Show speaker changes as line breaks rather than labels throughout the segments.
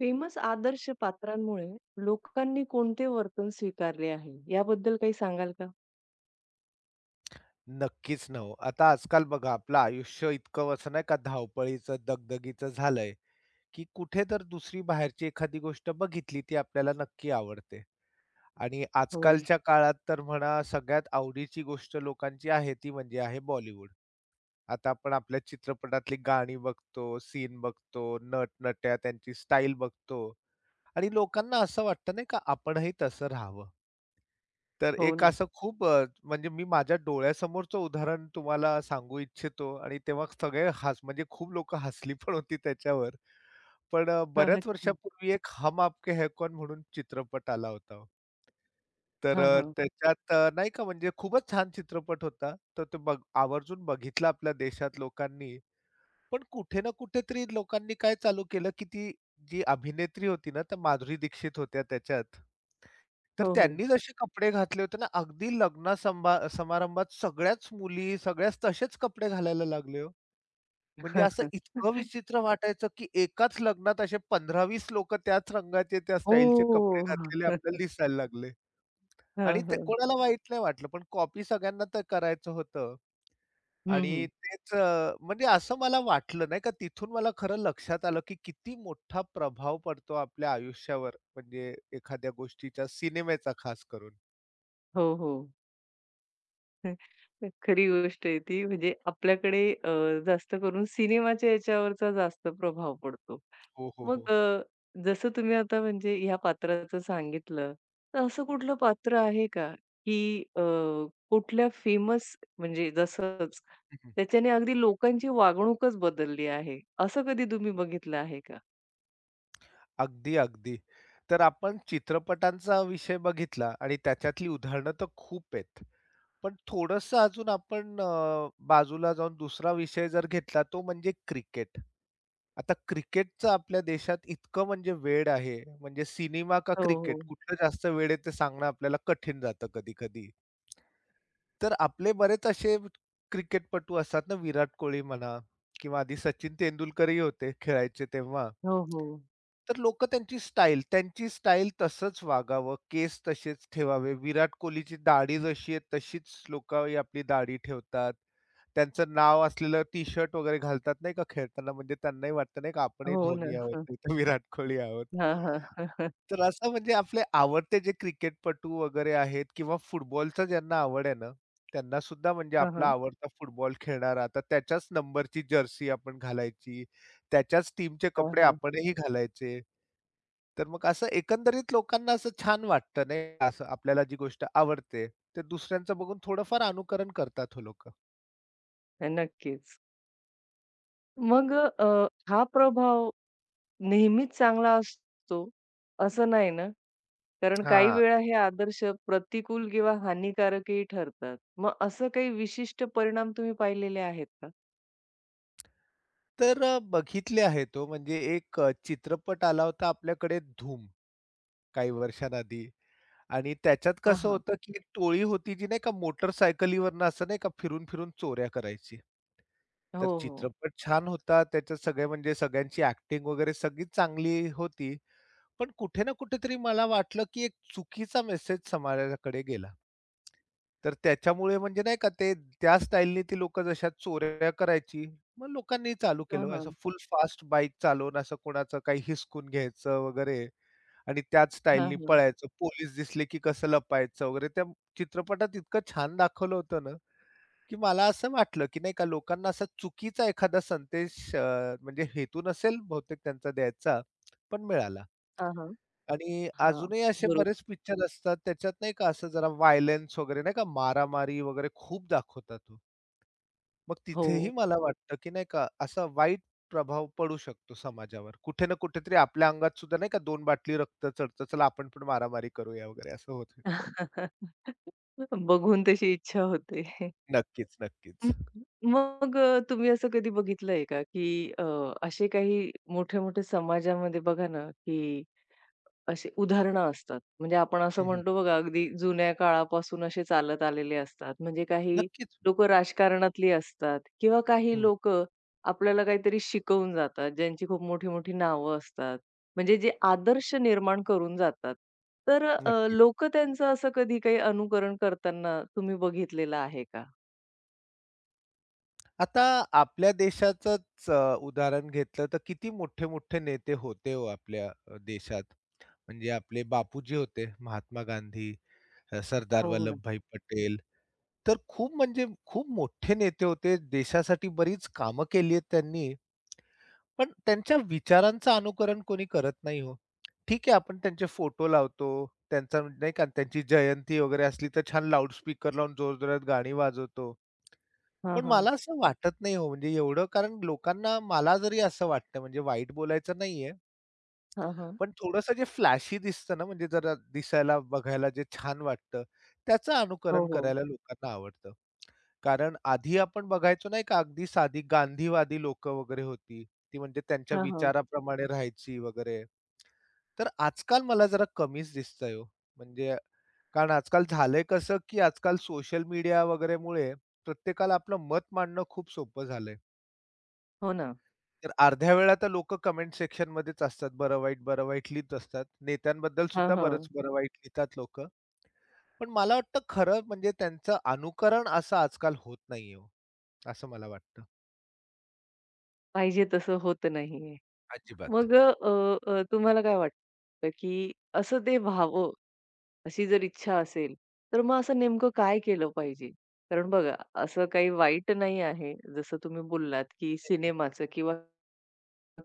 Famous आदर्श पात्रांमुळे लोकांनी कोणते वर्तन स्वीकारले आहे, याबद्दल काही सांगाल का?
नक्कीच ना हो. आता आजकाल बघा आपलं आयुष्य इतकं असं नाही का धावपळीचं, दगदगीचं झालंय, की कुठे तर दुसरी बाहेरची एखादी गोष्ट बघितली ती आपल्याला नक्की आवडते. आणि
हो,
आजकालच्या काळात तर म्हणा सगळ्यात आवडीची गोष्ट लोकांची आहे ती म्हणजे आहे बॉलिवूड. आता आपण आपल्या चित्रपटातली गाणी बघतो, सीन बघतो, नटनट्या त्यांची स्टाईल बघतो आणि लोकांना असं वाटतं नाही का आपणही तसं राहावं. तर
हो
एक
ना.
असं खूप म्हणजे मी माझ्या डोळ्यासमोरचं उदाहरण तुम्हाला सांगू इच्छितो आणि तेव्हा सगळे म्हणजे खूप लोकं हसली पण होती त्याच्यावर. पण
हा,
बऱ्याच
अच्छा.
वर्षापूर्वी एक हम आपके है कौन म्हणून चित्रपट आला होता हो. तर
हां, हां.
त्याच्यात नाही का म्हणजे खूपच छान चित्रपट होता. तर तो बघ आवर्जून बघितला आपल्या देशात लोकांनी. पण कुठे ना कुठेतरी लोकांनी काय चालू केलं, की ती जी अभिनेत्री होती ना, त्या माधुरी दीक्षित होत्या त्याच्यात. तर
हो, हो.
त्यांनी जसे कपडे घातले होते ना, अगदी लग्न संभा समारंभात सगळ्याच मुली, सगळ्याच तसेच कपडे घालायला लागले हो. म्हणजे असं इतकं विचित्र वाटायचं, की एकाच लग्नात असे 15-20 लोकं त्याच रंगाचे, त्या स्टाईलचे कपडे
हो.
घातलेले आपल्याला दिसायला लागले. आणि ते कोणाला वाईट नाही वाटलं, पण कॉपी सगळ्यांना तर करायचं होतं.
हं, हं. हं,
आणि
हं.
तेच म्हणजे असं मला वाटलं नाही का तिथून मला खरं लक्षात आलं, की किती मोठा प्रभाव पडतो आपल्या आयुष्यावर म्हणजे एखाद्या गोष्टीचा, सिनेमेचा खास करून.
हो, हो. खरी गोष्ट आहे ती. म्हणजे आपल्याकडे जास्त करून सिनेमाच्या याच्यावरचा जास्त प्रभाव पडतो.
हो, हो, हो.
मग जसं तुम्ही आता म्हणजे ह्या पात्राचं सांगितलं, तर असं कुठलं पात्र आहे का, की अ, कुठल्या फेमस म्हणजे जसंच
हं,
त्याच्याने अगदी लोकांची वागणूकच बदलली आहे, असं कधी तुम्ही बघितलं आहे का?
अगदी, अगदी. तर आपण चित्रपटांचा विषय बघितला आणि त्याच्यातली उदाहरणं तर खूप आहेत. पण थोडंसं अजून आपण बाजूला जाऊन दुसरा विषय जर घेतला तो म्हणजे क्रिकेट. आता क्रिकेटचं आपल्या देशात इतकं म्हणजे वेड आहे, म्हणजे सिनेमा का
हो,
क्रिकेट
हो.
कुठलं जास्त वेड आहे ते सांगणं आपल्याला कठीण जातं कधी-कधी. तर आपले बरेच असे क्रिकेटपटू असतात ना, विराट कोहली म्हणा किंवा आधी सचिन तेंडुलकरही होते खेळायचे तेव्हा.
हो, हो.
तर लोकं त्यांची स्टाईल तसंच वागावं, केस तसेच ठेवावे. विराट कोहलीची दाढी जशी आहे तशीच लोकं ही आपली दाढी ठेवतात. त्यांचं नाव असलेलं टी-शर्ट वगैरे घालतात नाही का खेळताना, म्हणजे त्यांनाही वाटतं नाही का आपणही
हो ना.
धोनी आहोत,
हं.
नाही तर विराट कोहली आहोत.
हां, हां.
तर असं म्हणजे आपले आवडते जे क्रिकेटपटू वगैरे आहेत किंवा फुटबॉलचं ज्यांना आवड आहे ना, त्यांना सुद्धा म्हणजे
हां, हां. हां,
आपला
हां.
आवडता फुटबॉल खेळणारा आता त्याच्याच नंबरची जर्सी आपण घालायची, त्याच्याच टीमचे कपडे आपणही घालायचे. तर मग असं एकंदरीत लोकांना असं छान वाटतं नाही असं आपल्याला जी गोष्ट आवडते, ते दुसऱ्यांचं बघून थोडंफार अनुकरण करतात हो लोकं.
नक्कीच. मग हा प्रभाव नेहमीच चांगला असतो, असं नाही ना? कारण काही
हां,
वेळा हे आदर्श प्रतिकूल किंवा हानिकारकही ठरतात. मग असं काही विशिष्ट परिणाम तुम्ही पाहिलेले आहेत का?
तर बघितले आहेत हो म्हणजे एक चित्रपट आला होता आपल्याकडे धूम काही वर्षांआधी. आणि त्याच्यात
हां,
कसं
हां.
होतं, की एक टोळी होती जी नाही का मोटरसायकलीवरनं असं नाही का फिरून-फिरून चोऱ्या करायची.
हो,
तर
हो.
चित्रपट छान होता. त्याच्यात सगळे म्हणजे सगळ्यांची ॲक्टिंग वगैरे सगळी चांगली होती. पण कुठे ना कुठेतरी मला वाटलं, की एक चुकीचा मेसेज समाजाकडे गेला. तर त्याच्यामुळे म्हणजे नाही का त्या स्टाईलनी ती लोकं जशा चोऱ्या करायची, मग लोकांनी चालू
हां,
केलं. असं
हां.
फुल फास्ट बाईक चालवून असं कोणाचं काही हिसकून घ्यायचं वगैरे आणि त्याच
हां,
स्टाईलनी
हां.
पळायचं. पोलीस दिसले, की कसं लपायचं वगैरे. त्या चित्रपटात इतकं छान दाखवलं होतं ना, की मला असं वाटलं, की नाही का लोकांना असा चुकीचा एखादा संदेश म्हणजे हेतू नसेल बहुतेक त्यांचा द्यायचा, पण मिळाला.
हां, हां.
आणि
हां,
अजूनही असे
बरोबर.
बरेच पिक्चर असतात त्याच्यात नाही का असं जरा व्हायलन्स वगैरे नाही का मारामारी वगैरे खूप दाखवतात हो. मग
हो.
तिथेही मला वाटतं, की नाही का असा वाईट प्रभाव पडू शकतो समाजावर. कुठे ना कुठेतरी आपल्या अंगात सुद्धा नाही का 2 बाटली रक्त चढतं, चला आपण पण मारामारी करूया वगैरे असं होत शकतं.
बघून तशी इच्छा होते. हं.
नक्कीच, नक्कीच.
मग तुम्ही असं कधी बघितलंय का, की अ, असे काही मोठे-मोठे समाजामध्ये बघा ना, की असे उदाहरणं असतात. म्हणजे आपण असं
हं, हं.
म्हणतो बघा अगदी जुन्या काळापासून असे चालत आलेले असतात. म्हणजे काही
नक्कीच.
लोकं राजकारणातली असतात किंवा काही
हं,
लोकं आपल्याला काहीतरी शिकवून जातात, ज्यांची खूप मोठी-मोठी नावं असतात. म्हणजे जे आदर्श निर्माण करून जातात. तर अ,
नक्कीच.
त्यांचं असं कधी काही अनुकरण करताना तुम्ही बघितलेलं आहे का?
आता आपल्या देशाचंच उदाहरण घेतलं तर किती मोठे-मोठे नेते होते हो आपल्या देशात. म्हणजे आपले बापूजी होते, महात्मा गांधी, सरदार
हो, हो ना.
वल्लभभाई पटेल. तर खूप म्हणजे खूप मोठे नेते होते. देशासाठी बरीच कामं केली आहेत त्यांनी. पण त्यांच्या विचारांचं अनुकरण कोणी करत नाही हो. ठीक आहे, आपण त्यांचे फोटो लावतो. त्यांचा म्हणजे नाही का त्यांची जयंती वगैरे असली तर छान लाउडस्पीकर लावून जोरजोरात गाणी वाजवतो.
हां,
पण
हां.
मला असं वाटत नाही हो, म्हणजे एवढं कारण लोकांना मला जरी असं वाटतं म्हणजे वाईट बोलायचं नाहीये,
हां, हां.
पण थोडंसं जे फ्लॅशी दिसतं ना, म्हणजे जरा दिसायला, बघायला जे छान वाटतं, त्याचं
हो,
अनुकरण
हो.
करायला लोकांना आवडतं. कारण आधी आपण बघायचो नाही का, अगदी साधी गांधीवादी लोकं वगैरे होती. ती म्हणजे त्यांच्या
हां, हां.
विचाराप्रमाणे राहायची वगैरे. तर आजकाल मला जरा कमीच दिसतंय हो. म्हणजे कारण आजकाल झालंय कसं, की आजकाल सोशल मीडिया वगैरेमुळे प्रत्येकाला आपलं मत मांडणं खूप सोपं झालंय.
हो ना.
तर अर्ध्या वेळा तर लोकं कमेंट सेक्शनमध्येच असतात. बरं-वाईट, बरं-वाईट लिहीत असतात. नेत्यांबद्दल
हां,
सुद्धा बरंच
हां.
बरं-वाईट लिहितात लोकं. पण मला वाटतं खरं म्हणजे त्यांचं अनुकरण असं आजकाल होत नाहीये हो, असं मला वाटतं.
पाहिजे तसं होत नाहीये.
अजिबात.
मग अ, तुम्हाला काय वाटतं, की असं ते व्हावं अशी जर इच्छा असेल, तर मग असं नेमकं काय केलं पाहिजे? कारण बघा, असं काही वाईट नाही आहे. जसं तुम्ही बोललात, की सिनेमाचं किंवा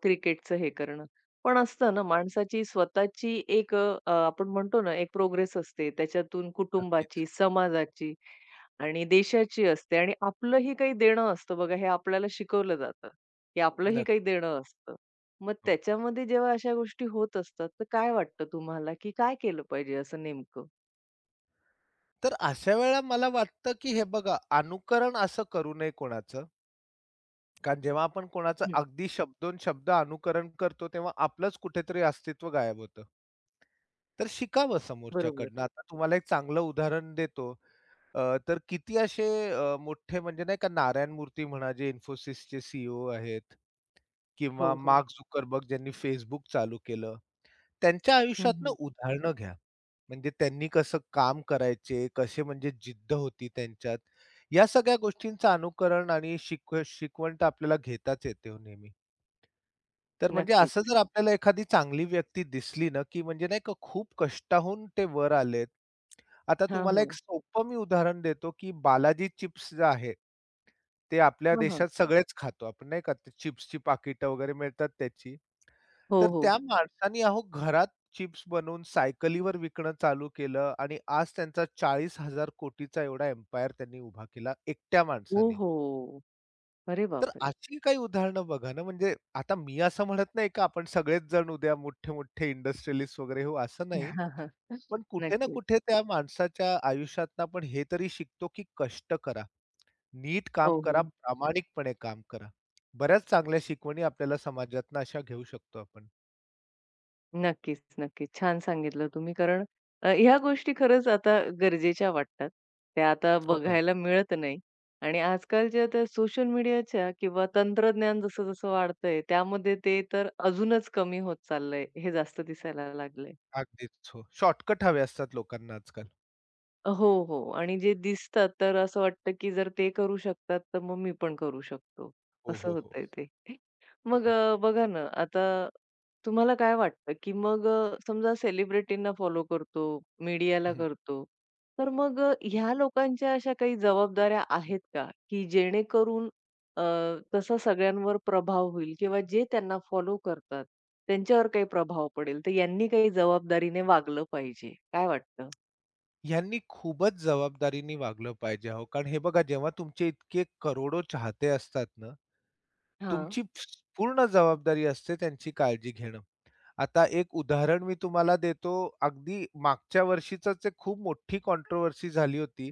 क्रिकेटचं हे करणं. पण असतं ना माणसाची स्वतःची एक आपण म्हणतो ना एक प्रोग्रेस असते. त्याच्यातून
नक्कीच,
कुटुंबाची, समाजाची आणि देशाची असते आणि आपलंही काही देणं असतं बघा हे आपल्याला शिकवलं जातं, की आपलंही काही
नक्कीच.
देणं असतं. मग
हो.
त्याच्यामध्ये जेव्हा अशा गोष्टी होत असतात, तर काय वाटतं तुम्हाला, की काय केलं पाहिजे असं नेमकं?
तर अशा वेळेला मला वाटतं, की हे बघा अनुकरण असं करू नये कोणाचं. कारण जेव्हा आपण कोणाचं
हं,
अगदी शब्दोनशब्द अनुकरण करतो, तेव्हा आपलंच कुठेतरी अस्तित्व गायब होतं. तर शिकावं
बरोबर.
समोरच्याकडनं. आता तुम्हाला एक चांगलं उदाहरण देतो. अ, तर किती असे मोठे म्हणजे नाही का नारायण मूर्ती म्हणा, जे Infosysचे सीईओ आहेत
हो,
किंवा
हो.
मार्क झुकरबर्ग ज्यांनी Facebook चालू केलं. त्यांच्या
हं,
आयुष्यातनं
हं.
उदाहरणं घ्या. म्हणजे त्यांनी कसं काम करायचे, कसे म्हणजे जिद्द होती त्यांच्यात. या सगळ्या गोष्टींचं अनुकरण आणि शिकवण तर आपल्याला घेताच येते हो नेहमी. तर म्हणजे असं
नक्कीच.
जर आपल्याला एखादी चांगली व्यक्ती दिसली ना, की म्हणजे नाही का खूप कष्टाहून ते वर आलेत. आता
हां,
तुम्हाला एक
हां.
सोपं मी उदाहरण देतो, की बालाजी चिप्स जे आहे ते आपल्या
हां, हां.
देशात हां. सगळेच खातो आपण नाही का, ते चिप्सची पाकिटं वगैरे मिळतात त्याची.
हो,
तर
हो.
त्या माणसानी अहो घरात चिप्स बनवून सायकलीवर विकणं चालू केलं आणि आज त्यांचा 40,000 कोटीचा एवढा एम्पायर त्यांनी उभा केला एकट्या माणसाने.
ओहो! अरे
तर
बापरे!
अशी काही उदाहरणं बघा ना, म्हणजे आता मी असं म्हणत नाही का आपण सगळेच जण उद्या मोठे-मोठे इंडस्ट्रियलिस्ट वगैरे होऊ असं नाही. पण कुठे ना
नक्की.
कुठे त्या माणसाच्या आयुष्यातनं आपण हे तरी शिकतो की कष्ट करा. नीट
हो,
काम करा,
हो.
प्रामाणिकपणे काम करा. बऱ्याच चांगल्या शिकवणी आपल्याला समाजातनं अशा घेऊ शकतो आपण.
नक्कीच, नक्कीच. छान सांगितलं तुम्ही कारण ह्या गोष्टी खरंच आता गरजेच्या वाटतात. त्या आता
हो ना.
बघायला मिळत नाही आणि आजकालच्या त्या सोशल मीडियाच्या किंवा तंत्रज्ञान जसं-जसं वाढतंय त्यामध्ये ते तर अजूनच कमी होत चाललंय, हे जास्त दिसायला लागलंय.
अगदीच हो. शॉर्टकट हवे असतात लोकांना आजकाल.
हो, हो. आणि जे दिसतात तर असं वाटतं, की जर ते करू शकतात, तर मग मी पण करू शकतो.
हो,
असं
हो, हो.
होतंय ते.
हो ना.
बघा ना, आता तुम्हाला काय वाटतं, की मग समजा सेलिब्रिटींना फॉलो करतो, मीडियाला
हं, हं.
करतो, तर मग ह्या लोकांच्या अशा काही जबाबदाऱ्या आहेत का, की जेणेकरून अ, तसा सगळ्यांवर प्रभाव होईल किंवा जे त्यांना फॉलो करतात, त्यांच्यावर काही प्रभाव पडेल? तर यांनी काही जबाबदारीने वागलं पाहिजे. काय वाटतं?
ह्यांनी खूपच जबाबदारीने वागलं पाहिजे अहो. कारण हे बघा जेव्हा तुमचे इतके करोडो चाहते असतात ना,
हां.
तुमची पूर्ण जबाबदारी असते त्यांची काळजी घेणं. आता एक उदाहरण मी तुम्हाला देतो. अगदी मागच्या वर्षीचंच एक खूप मोठी कॉन्ट्रोव्हर्सी झाली होती.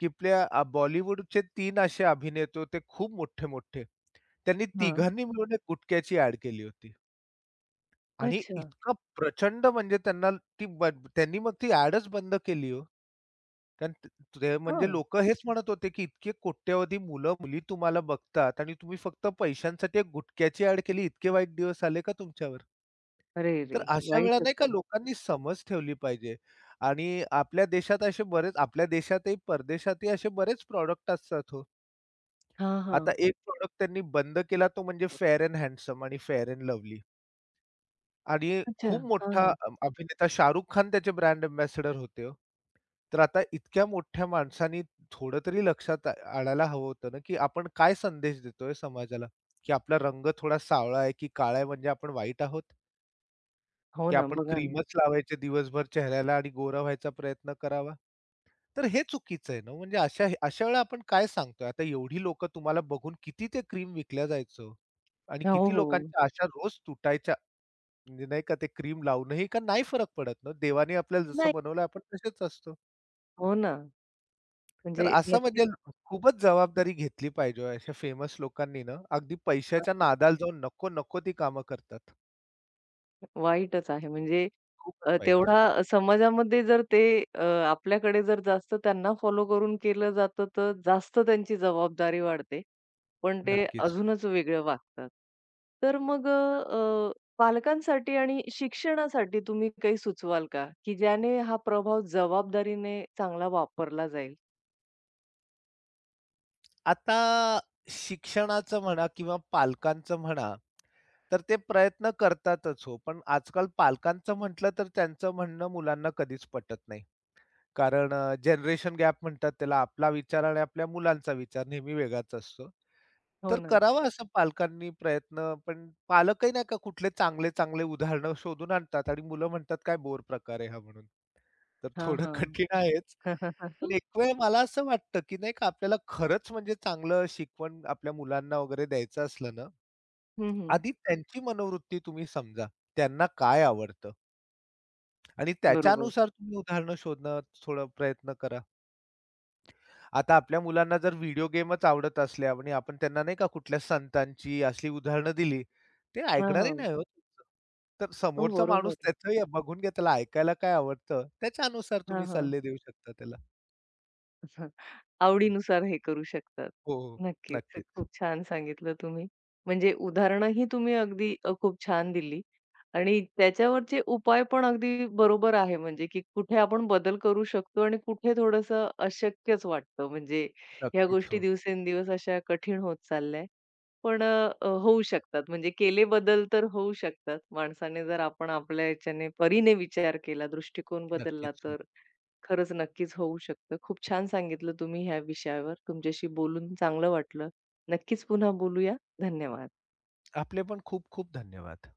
की आपल्या बॉलिवूडचे 3 असे अभिनेते होते खूप मोठे-मोठे. त्यांनी
हां.
तिघांनी मिळून एक गुटख्याची ॲड केली होती आणि
अच्छा.
इतका प्रचंड म्हणजे त्यांना ती ब त्यांनी मग ती ॲडच बंद केली हो. कारण त ते म्हणजे
हां.
लोकं हेच म्हणत होते, की इतके कोट्यवधी मुलं-मुली तुम्हाला बघतात आणि तुम्ही फक्त पैशांसाठी एक गुटख्याची ॲड केली, इतके वाईट दिवस आले का तुमच्यावर?
अरे
तर
रे!
अशा वेळा
वाईट
नाही का
असेल.
लोकांनी समज ठेवली पाहिजे आणि आपल्या देशातही, परदेशातही असे बरेच प्रॉडक्ट असतात हो.
हां,
आता
हां.
एक प्रॉडक्ट त्यांनी बंद केला तो म्हणजे फेअर अँड हँडसम आणि फेअर अँड लव्हली. आणि
अच्छा.
खूप
हां,
मोठा
हां.
अभिनेता शाहरुख खान त्याचे ब्रँड अँबॅसेडर होते हो. तर आता इतक्या मोठ्या माणसानी थोडं तरी लक्षात आ आणायला हवं होतं ना, की आपण काय संदेश देतोय समाजाला, की आपला रंग थोडा सावळा आहे, की काळा आहे म्हणजे आपण वाईट आहोत,
हो
की
ना,
आपण
बघा ना.
क्रीमच लावायचे दिवसभर चेहऱ्याला आणि गोरा व्हायचा प्रयत्न करावा. तर हे चुकीचं आहे ना, हो. म्हणजे अशा अशा वेळेला आपण काय सांगतोय? आता एवढी लोकं तुम्हाला बघून किती ते क्रीम विकल्या जायचं हो आणि
हो,
किती
हो.
लोकांच्या आशा रोज तुटायच्या. म्हणजे नाही का ते क्रीम लावूनही का नाही फरक पडत ना. देवाने आपल्याला जसं
नाही.
बनवलं आपण तसेच असतो.
हो ना.
तर
म्हणजे
असा
नक्कीच
म्हणजे खूपच जबाबदारी घेतली पाहिजे हो अशा फेमस लोकांनी ना. अगदी पैशाच्या नादाला जाऊन नको-नको ती कामं करतात.
वाईटच आहे. म्हणजे
खूपच वाईट.
तेवढा समाजामध्ये जर ते अ, आपल्याकडे जर जास्त त्यांना फॉलो करून केलं जातं, तर जास्त त्यांची जबाबदारी वाढते. पण ते
नक्कीच.
अजूनच वेगळं वागतात. तर मग अ, पालकांसाठी आणि शिक्षणासाठी तुम्ही काही सुचवाल का? की ज्याने हा प्रभाव जबाबदारीने चांगला वापरला जाईल?
आता शिक्षणाचं म्हणा किंवा पालकांचं म्हणा, तर ते प्रयत्न करतातच हो. पण आजकाल पालकांचं म्हटलं तर त्यांचं म्हणणं मुलांना कधीच पटत नाही. कारण जनरेशन गॅप म्हणतात त्याला. आपला विचार आणि आपल्या मुलांचा विचार नेहमी वेगळाच असतो.
हो
तर
ना.
करावा असं पालकांनी प्रयत्न, पण पालकही नाही का कुठले चांगले उदाहरणं शोधून आणतात आणि मुलं म्हणतात, "काय बोर प्रकार आहे हा?" म्हणून. तर
हां,
थोडं
हां.
कठीण आहेच. पण एक वेळ मला असं वाटतं, की नाही का आपल्याला खरंच म्हणजे चांगलं शिकवण आपल्या मुलांना वगैरे द्यायचं असलं ना,
हं, हं.
आधी त्यांची मनोवृत्ती तुम्ही समजा. त्यांना काय आवडतं आणि
बरोबर.
त्याच्यानुसार तुम्ही उदाहरणं शोधणं थोडं प्रयत्न करा. आता आपल्या मुलांना जर व्हिडिओ गेमच आवडत असल्या आणि आपण त्यांना नाही का कुठल्या संतांची असली उदाहरणं दिली, ते
हां,
ऐकणारही
हां.
नाही हो तुमचं. तर
हो,
समोरचा माणूस
बरोबर.
त्याचंही बघून घ्या, त्याला ऐकायला काय आवडतं, त्याच्यानुसार तुम्ही
हां, हां.
सल्ले देऊ शकता त्याला.
हं. आवडीनुसार हे करू शकतात.
हो, हो.
नक्कीच.
नक्कीच.
खूप छान सांगितलं तुम्ही. म्हणजे उदाहरणंही तुम्ही अगदी खूप छान दिली आणि त्याच्यावरचे उपाय पण अगदी बरोबर आहे म्हणजे की कुठे आपण बदल करू शकतो आणि कुठे थोडंसं अशक्यच वाटतं. म्हणजे ह्या
नक्कीच.
गोष्टी
हो.
दिवसेंदिवस अशा कठीण होत चालल्या. पण होऊ शकतात. म्हणजे केले बदल तर होऊ शकतात. माणसाने जर आपण आपल्या ह्याच्याने परीने विचार केला, दृष्टिकोन बदलला
नक्कीच. हो.
तर खरंच नक्कीच होऊ शकतं. खूप छान सांगितलं तुम्ही ह्या विषयावर. तुमच्याशी बोलून चांगलं वाटलं. नक्कीच पुन्हा बोलूया. धन्यवाद.
आपले पण खूप खूप धन्यवाद.